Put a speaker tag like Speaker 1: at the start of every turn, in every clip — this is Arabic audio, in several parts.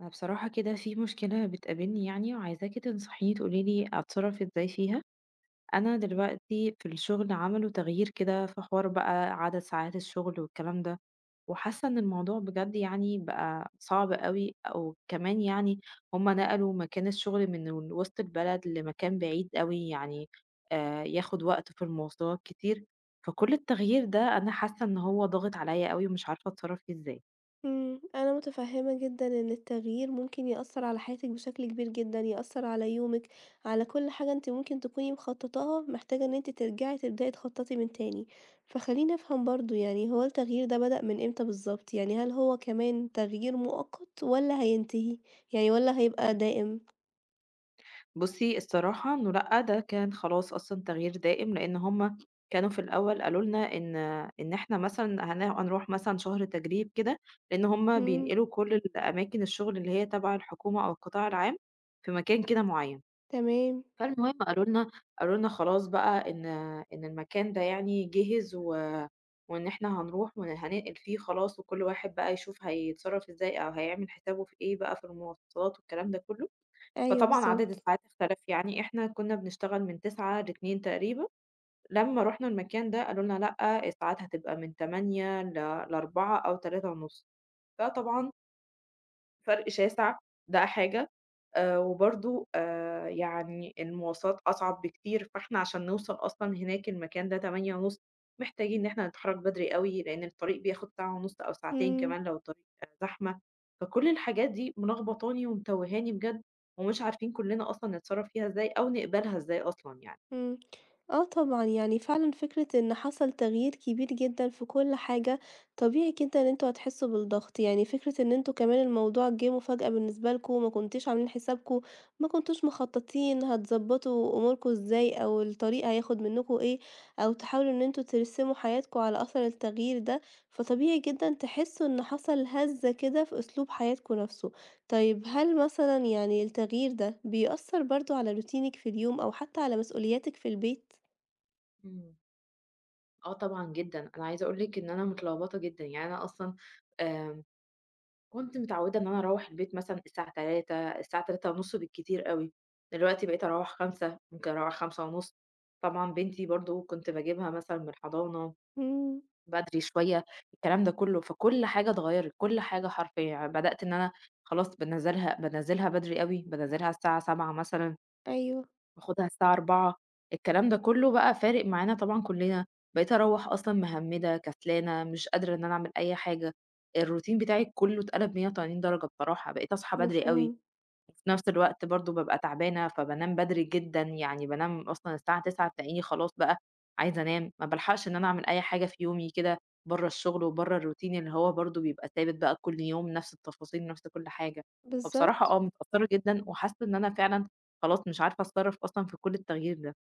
Speaker 1: أنا بصراحة كده في مشكلة بتقابلني يعني وعايزاكي تنصحيني تقولي لي أتصرف إزاي فيها. أنا دلوقتي في الشغل عملوا تغيير كده في حوار بقى عدد ساعات الشغل والكلام ده، وحاسة إن الموضوع بجد يعني بقى صعب قوي أو كمان يعني. هما نقلوا مكان الشغل من وسط البلد لمكان بعيد قوي يعني، آه ياخد وقت في المواصلات كتير. فكل التغيير ده أنا حاسة إن هو ضاغط عليا قوي ومش عارفة أتصرف فيه إزاي.
Speaker 2: أنا متفهمة جدًا إن التغيير ممكن يأثّر على حياتِك بشكل كبير جدًا، يأثّر على يومِك، على كل حاجة أنتِ ممكن تكوني مخططة لها، محتاجة إن أنتِ ترجعي تبدئي تخططي من تاني. فخلّيني أفهم برضه يعني هو التغيير ده بدأ من إمتى بالضبط؟ يعني هل هو كمان تغيير مؤقت والّا هينتهي؟ يعني والّا هيبقى دائم؟
Speaker 1: بُصّي، الصراحة إنه لأ، ده كان خلاص أصلًا تغيير دائم، لإن هم كانوا في الأول قالوا لنا إن إحنا مثلًا هنروح مثلًا شهر تجريب كده، لإن هم
Speaker 2: إمم،
Speaker 1: بينقلوا كل الأماكن الشغل اللي هي تبع الحكومة أو القطاع العام في مكان كده معيّن،
Speaker 2: تمام،
Speaker 1: فالمهم قالوا لنا خلاص بقى إن إن المكان ده يعني جِهِز وإن إحنا هنروح وإن هننقل فيه خلاص، وكل واحد بقى يشوف هيتصرّف إزاي أو هيعمل حسابه في إيه بقى في المواصلات والكلام ده كلّه.
Speaker 2: أيوه
Speaker 1: فطبعًا عدد
Speaker 2: بالضبط.
Speaker 1: الساعات اختلف، يعني إحنا كنا بنشتغل من 09:00 ل14:00 تقريبًا، لمّا رُحنا المكان ده قالوا لنا لأ، الساعات هتبقى من 08:00 ل16:00 أو 15:30. فطبعًا فرق شاسع، ده حاجة، وبرضه يعني المواصلات أصعب بكتير، فإحنا عشان نوصل أصلًا هناك المكان ده 08:30 محتاجين إن إحنا نتحرك بدري أوي، لإن الطريق بياخد ساعة ونُص أو ساعتين
Speaker 2: إمم.
Speaker 1: كمان لو الطريق زحمة. فكل الحاجات دي ملخبطاني ومتوهاني بجد، ومش عارفين كلنا أصلًا نتصرّف فيها إزاي أو نقبلها إزاي أصلًا يعني.
Speaker 2: إمم. آه طبعًا، يعني فعلًا فكرة إن حصل تغيير كبير جدًا في كل حاجة، طبيعي جدًا إن أنتم هتحسّوا بالضغط، يعني فكرة إن أنتم كمان الموضوع جِه مفاجأة بالنسبة لكم، ما كنتوش عاملين حسابكم، ما كنتوش مخططين هتضبّطوا أموركم إزاي أو الطريق هياخد منّكم إيه، أو تحاولوا إن أنتم ترسموا حياتكم على أثر التغيير ده، فطبيعي جدًا تحسّوا إن حصل هَزّة كده في أسلوب حياتكم نَفْسه. طيب هل مثلًا يعني التغيير ده بيأثّر برضه على روتينِك في اليوم أو حتى على مسؤولياتِك في البيت؟
Speaker 1: إمم. آه طبعًا جدًا، أنا عايزة أقول لِك إن أنا متلخبطة جدًا، يعني أنا أصلًا آمم كنت متعودة إن أنا أروّح البيت مثلًا الساعة 15:00، الساعة 15:30 بالكتير أوي، دلوقتي بقيت أروّح 17:00، ممكن أروّح 17:30. طبعًا بنتي برضه كنت باجيبها مثلًا من الحضانة
Speaker 2: إمم،
Speaker 1: بدري شوية، الكلام ده كلّه، فكل حاجة اتغيّرت، كل حاجة حرفيًا، يعني بدأت إن أنا خلاص بانزّلها بدري أوي، بانزّلها الساعة 19:00 مثلًا،
Speaker 2: أيوه،
Speaker 1: باخدها الساعة 16:00، الكلام ده كله بقى فارق معانا طبعًا كلنا، بقيت أروّح أصلًا مهمّدة، كسلانة، مش قادرة إن أنا أعمل أي حاجة، الروتين بتاعي كله اتقلب 180 درجة بصراحة، بقيت أصحى بدري أوي،
Speaker 2: مفهوم،
Speaker 1: وفي نفس الوقت برضه بابقى تعبانة، فبانام بدري جدًا، يعني بانام أصلًا الساعة 21:00، تلاقيني خلاص بقى عايزة أنام، ما بالحقش إن أنا أعمل أي حاجة في يومي كده برّه الشغل وبرّه الروتين اللي هو برضه بيبقى ثابت بقى كل يوم نفس التفاصيل، نفس كل حاجة. فبصراحة
Speaker 2: بالضبط.
Speaker 1: متأثّرة جدًا وحاسة إن أنا فعلًا خلاص مش عارفة أتصرّف أصلًا في كل التغيير ده.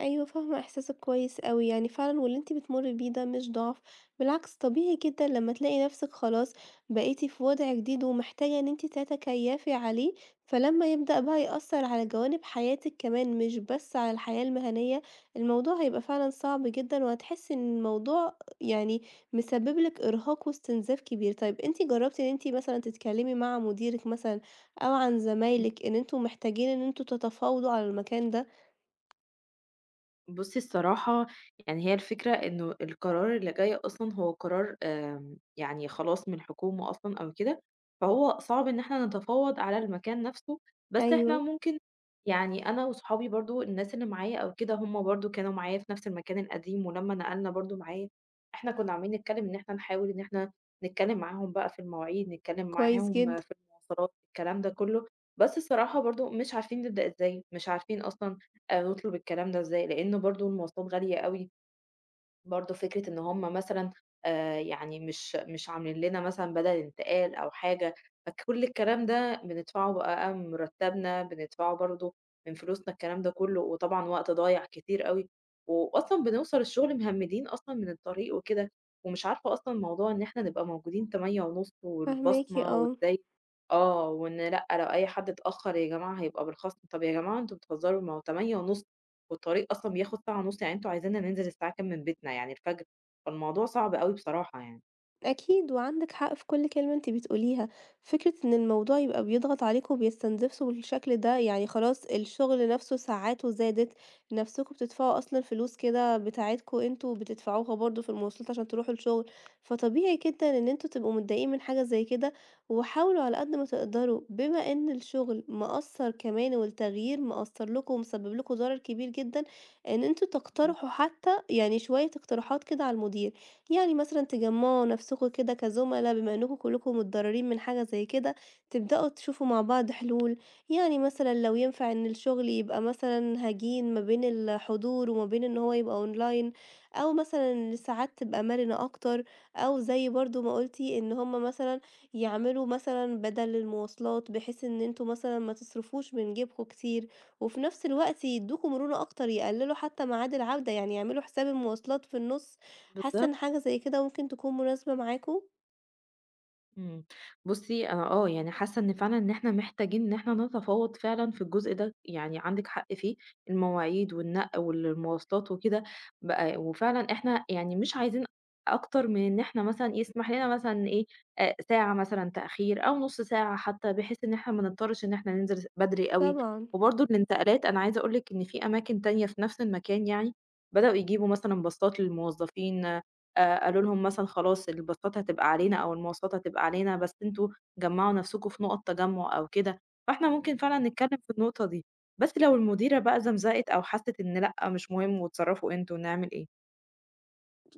Speaker 2: أيوه فاهمة إحساسِك كويس أوي، يعني فعلًا واللي أنتِ بتمُرّي بيه ده مش ضعف، بالعكس طبيعي جدًا لمّا تلاقي نَفْسِك خلاص بقيتِ في وضع جديد ومحتاجة إن أنتِ تتكيّفي عليه، فلمّا يبدأ بقى يأثّر على جوانب حياتِك كمان مش بس على الحياة المهنية، الموضوع هيبقى فعلًا صعب جدًا وهتحسّي إن الموضوع يعني مسبِّب لِك إرهاق واستنزاف كبير. طيب أنتِ جرّبتِ إن أنتِ مثلًا تتكلّمي مع مديرِك مثلًا أو عن
Speaker 1: إمم.
Speaker 2: زمايلِك إن أنتم محتاجين إن أنتم تتفاوضوا على المكان ده؟
Speaker 1: بُصّي الصراحة، يعني هي الفكرة إنه القرار اللي جاي أصلًا هو قرار يعني خلاص من الحكومة أصلًا أو كده، فهو صعب إن إحنا نتفاوض على المكان نفسه، بس إحنا
Speaker 2: أيوه.
Speaker 1: ممكن، يعني أنا وصحابي برضه الناس اللي معايا أو كده هم برضه كانوا معايا في نفس المكان القديم، ولمّا نقلنا برضه معايا إحنا كنا عمالين نتكلم إن إحنا نحاول إن إحنا نتكلم معاهم بقى في المواعيد، نتكلم
Speaker 2: كويس
Speaker 1: معاهم
Speaker 2: جدًا،
Speaker 1: في المواصلات، الكلام ده كله، بس الصراحة برضه مش عارفين نبدأ إزاي، مش عارفين أصلًا نطلب الكلام ده إزاي؟ لإن برضه المواصلات غالية أوي، برضه فكرة إن هم مثلًا يعني مش عاملين لنا مثلًا بدل انتقال أو حاجة، فكل الكلام ده بندفعه بقى من مرتبنا، بندفعه برضه من فلوسنا الكلام ده كله، وطبعًا وقت ضايع كتير أوي، وأصلًا بنوصل الشغل مهمدين أصلًا من الطريق وكده، ومش عارفة أصلًا موضوع إن إحنا نبقى موجودين 08:30
Speaker 2: فاهماكِ
Speaker 1: والبصمة
Speaker 2: آه.
Speaker 1: وإزاي، وإن لأ، لو أي حد اتأخر يا جماعة هيبقى بالخصم، طب يا جماعة أنتم بتهزروا ما هو 08:30 والطريق أصلًا بياخد ساعة ونُص، يعني أنتم عايزيننا ننزل الساعة كام من بيتنا يعني الفجر؟ فالموضوع صعب أوي بصراحة يعني.
Speaker 2: أكيد وعندِك حق في كل كلمة أنتِ بتقوليها، فكرة إن الموضوع يبقى بيضغط عليكم وبيستنزفكم بالشكل ده، يعني خلاص الشغل نفسه ساعاته زادت، نفسكم بتدفعوا أصلًا فلوس كده بتاعتكم أنتم بتدفعوها برضه في المواصلات عشان تروحوا الشغل، فطبيعي جدًا إن أنتم تبقوا متضايقين من حاجة زي كده، وحاولوا على قد ما تقدروا بما إن الشغل مأثّر كمان والتغيير مأثّر لكم ومسبب لكم ضرر كبير جدًا، إن أنتم تقترحوا حتى يعني شوية اقتراحات كده على المدير. يعني مثلًا تجمّعوا نفسكم كده كزُملا بما إنكم كلّكم متضررين من حاجة زي كده، تبدأوا تشوفوا مع بعض حلول، يعني مثلًا لو ينفع إن الشغل يبقى مثلًا هجين ما بين الحضور وما بين إن هو يبقى أونلاين، أو مثلًا الساعات تبقى مرنة أكتر، أو زي برضه ما قُلتِ إن هُم مثلًا يعملوا مثلًا بدل المواصلات، بحيث إن أنتم مثلًا ما تصرفوش من جيبكم كتير، وفي نفس الوقت يدّوكم مرونة أكتر، يقللوا حتى ميعاد العودة، يعني يعملوا حساب المواصلات في النُص. حاسة
Speaker 1: بالضبط.
Speaker 2: إن حاجة زي كده ممكن تكون مناسبة معاكم؟
Speaker 1: إمم. بُصّي أنا يعني حاسة إن فعلًا إن إحنا محتاجين إن إحنا نتفاوض فعلًا في الجزء ده، يعني عندِك حق فيه، المواعيد والنقل والمواصلات وكده بقى، وفعلًا إحنا يعني مش عايزين أكتر من إن إحنا مثلًا إيه، يسمح لنا مثلًا إيه، ساعة مثلًا تأخير أو نُص ساعة حتى بحيث إن إحنا ما نضطرش إن إحنا ننزل بدري أوي،
Speaker 2: طبعًا.
Speaker 1: وبرضه الانتقالات أنا عايزة أقول لِك إن في أماكن تانية في نفس المكان يعني بدأوا يجيبوا مثلًا باصات للموظفين، قالوا لهم مثلًا خلاص الباصات هتبقى علينا أو المواصلات هتبقى علينا، بس أنتم جمّعوا نفسكم في نقط تجمُّع أو كده، فإحنا
Speaker 2: إمم.
Speaker 1: ممكن فعلًا نتكلّم في النقطة دي، بس لو المديرة بقى زمزقت أو حَسِّت إن لأ مش مهم واتصرّفوا أنتم، نعمل إيه؟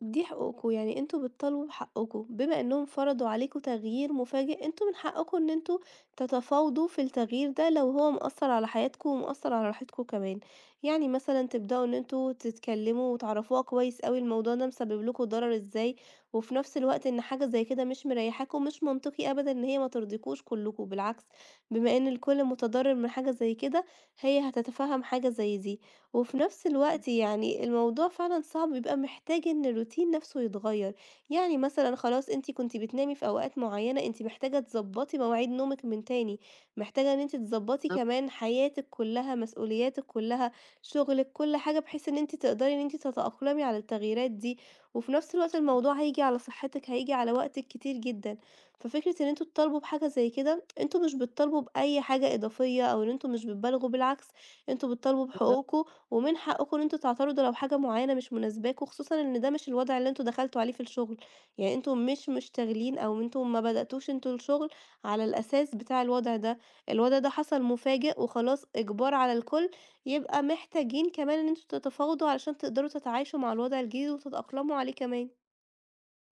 Speaker 2: دي حقوقكم، يعني أنتم بتطالبوا بحقكم، بما إنهم فرضوا عليكم تغيير مفاجئ، أنتم من حقكم إن أنتم تتفاوضوا في التغيير ده لو هو مأثّر على حياتكم ومأثّر على راحتكم كمان، يعني مثلًا تبدأوا إن أنتم تتكلموا وتعرفوها كويس أوي الموضوع ده مسبب لكم ضرر إزاي، وفي نفس الوقت إن حاجة زي كده مش مريحاكم، مش منطقي أبدًا إن هي ما ترضيكوش كلكم، بالعكس بما إن الكل متضرر من حاجة زي كده، هي هتتفهم حاجة زي دي. وفي نفس الوقت يعني الموضوع فعلًا صعب، بيبقى محتاج إن الروتين نفسه يتغيّر، يعني مثلًا خلاص أنتِ كنتِ بتنامي في أوقات معيّنة، أنتِ محتاجة تضبّطي مواعيد نومِك من تاني، محتاجة إن أنتِ تضبّطي
Speaker 1: بالضبط،
Speaker 2: كمان حياتِك كلّها، مسؤولياتِك كلّها، شغلِك، كل حاجة بحيث إن أنتِ تقدري إن أنتِ تتأقلمي على التغييرات دي، وفي نفس الوقت الموضوع هييجي على صحتِك، هييجي على وقتِك كتير جدًا، ففكرة إن أنتم تطالبوا بحاجة زي كده، أنتم مش بتطالبوا بأي حاجة إضافية أو إن أنتم مش بتبالغوا، بالعكس أنتم بتطالبوا
Speaker 1: بالضبط.
Speaker 2: بحقوقكم ومن حقكم إن أنتم تعترضوا لو حاجة معينة مش مناسباكم، خصوصًا إن ده مش الوضع اللي أنتم دخلتوا عليه في الشغل، يعني أنتم مش مشتغلين أو أنتم ما بدأتوش أنتم الشغل على الأساس بتاع الوضع ده، الوضع ده حصل مفاجئ وخلاص إجبار على الكل، يبقى محتاجين كمان إن أنتم تتفاوضوا علشان تقدروا تتعايشوا مع الوضع الجديد وتتأقلموا عليه كمان.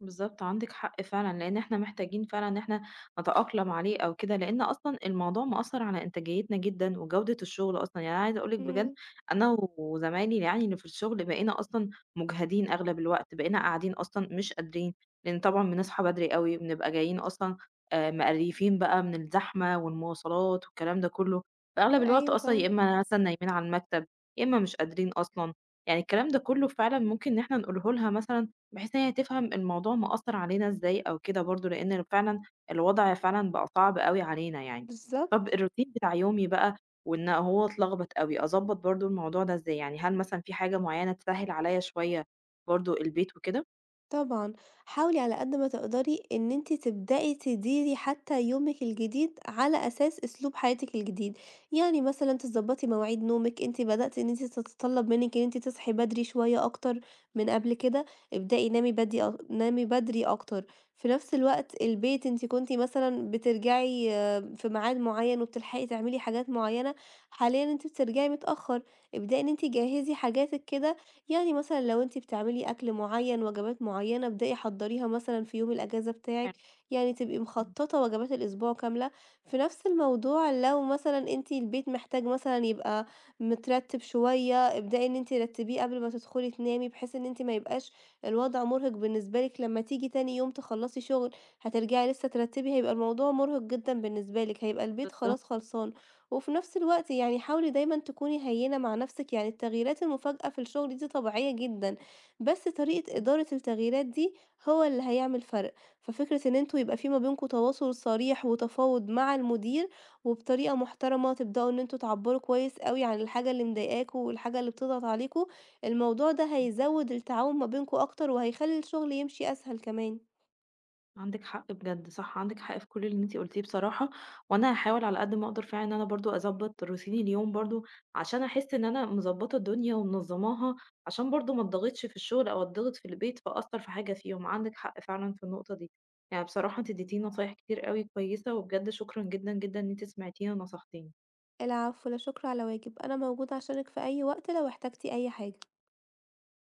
Speaker 1: بالضبط، عندِك حق فعلًا، لإن إحنا محتاجين فعلًا إن إحنا نتأقلم عليه أو كده، لإن أصلًا الموضوع مأثّر على إنتاجيتنا جدًا وجودة الشغل أصلًا، يعني أنا عايزة أقول لِك بجد
Speaker 2: إمم،
Speaker 1: أنا وزمايلي يعني اللي في الشغل بقينا أصلًا مجهدين أغلب الوقت، بقينا قاعدين أصلًا مش قادرين، لإن طبعًا بنصحى بدري أوي، بنبقى جايين أصلًا مقريفين بقى من الزحمة والمواصلات والكلام ده كلّه، فأغلب الوقت
Speaker 2: أيوه
Speaker 1: أصلًا يا
Speaker 2: فاهمة،
Speaker 1: إمّا مثلًا نايمين على المكتب، يا إمّا مش قادرين أصلًا، يعني الكلام ده كلّه فعلًا ممكن إن إحنا نقوله لها مثلًا بحيث إن هي تفهم الموضوع مأثّر علينا إزاي أو كده برضه، لإن فعلًا الوضع فعلًا بقى صعب أوي علينا يعني. طَب
Speaker 2: بالضبط.
Speaker 1: الروتين بتاع يومي بقى وإن هو اتلخبط أوي، أضبّط برضه الموضوع ده إزاي؟ يعني هل مثلًا في حاجة معيّنة تسهّل عليَّ شوية برضه البيت وكده؟
Speaker 2: طبعًا، حاولي على قد ما تقدري إن أنتِ تبدئي تديري حتى يومِك الجديد على أساس أسلوب حياتِك الجديد، يعني مثلًا تضبطي مواعيد نومِك، أنتِ بدأتِ إن أنتِ تتطلب منِك إن أنتِ تصحي بدري شوية أكتر من قبل كده، ابدئي نامي بدري نامي بدري أكتر، في نفس الوقت البيت أنتِ كنتِ مثلًا بترجعي آه، في ميعاد معين وبتلحقي تعملي حاجات معينة، حاليًا أنتِ بترجعي متأخر، ابدئي إن أنتِ جهزي حاجاتِك كده يعني مثلًا لو أنتِ بتعملي أكل معيّن، وجبات معيّنة، ابدئي حضّريها مثلًا في يوم الأجازة بتاعِك،
Speaker 1: حلو.
Speaker 2: يعني تبقي
Speaker 1: إمم.
Speaker 2: مخططة وجبات الأسبوع كاملة. في نفس الموضوع لو مثلًا أنتِ البيت محتاج مثلًا يبقى مترتب شوية، ابدئي إن أنتِ رتّبيه قبل ما تدخلي تنامي، بحيث إن أنتِ ما يبقاش الوضع مرهق بالنسبة لِك لمّا تيجي تاني يوم تخلّصي شغل، هترجعي لسه ترتّبي، هيبقى الموضوع مرهق جدًا بالنسبة لِك، هيبقى البيت خلاص
Speaker 1: بالضبط.
Speaker 2: خلصان. وفي نفس الوقت يعني حاولي دايمًا تكوني هيِّنة مع نفسِك، يعني التغييرات المفاجئة في الشغل دي طبيعية جدًا، بس طريقة إدارة التغييرات دي هو اللي هيعمل فرق، ففكرة إن أنتم يبقى في ما بينكم تواصل صريح وتفاوض مع المدير، وبطريقة محترمة تبدأوا إن أنتم تعبّروا كويس أوي عن الحاجة اللي مضايقاكم والحاجة اللي بتضغط عليكم، الموضوع ده هيزوّد التعاون ما بينكم أكتر وهيخلّي الشغل يمشي أسهل كمان.
Speaker 1: عندِك حق بجد، صح، عندِك حق في كل اللي أنتِ قلتيه بصراحة، وأنا هاحاول على قد ما أقدر فعلًا إن أنا برضه أضبّط روتيني اليوم برضه، عشان أحس إن أنا مضبّطة الدنيا ومنظّماها، عشان برضه ما اتضغطش في الشغل أو اتضغط في البيت فأأثّر في حاجة فيهم، عندِك حق فعلًا في النقطة دي. يعني بصراحة أنتِ اديتيني نصايح كتير أوي كويسة، وبجد شكرًا جدًا، جدًا إن أنتِ سمعتيني ونصحتيني.
Speaker 2: العفو، لا شكر على واجب، أنا موجودة عشانِك في أي وقت لو احتجتِ أي حاجة.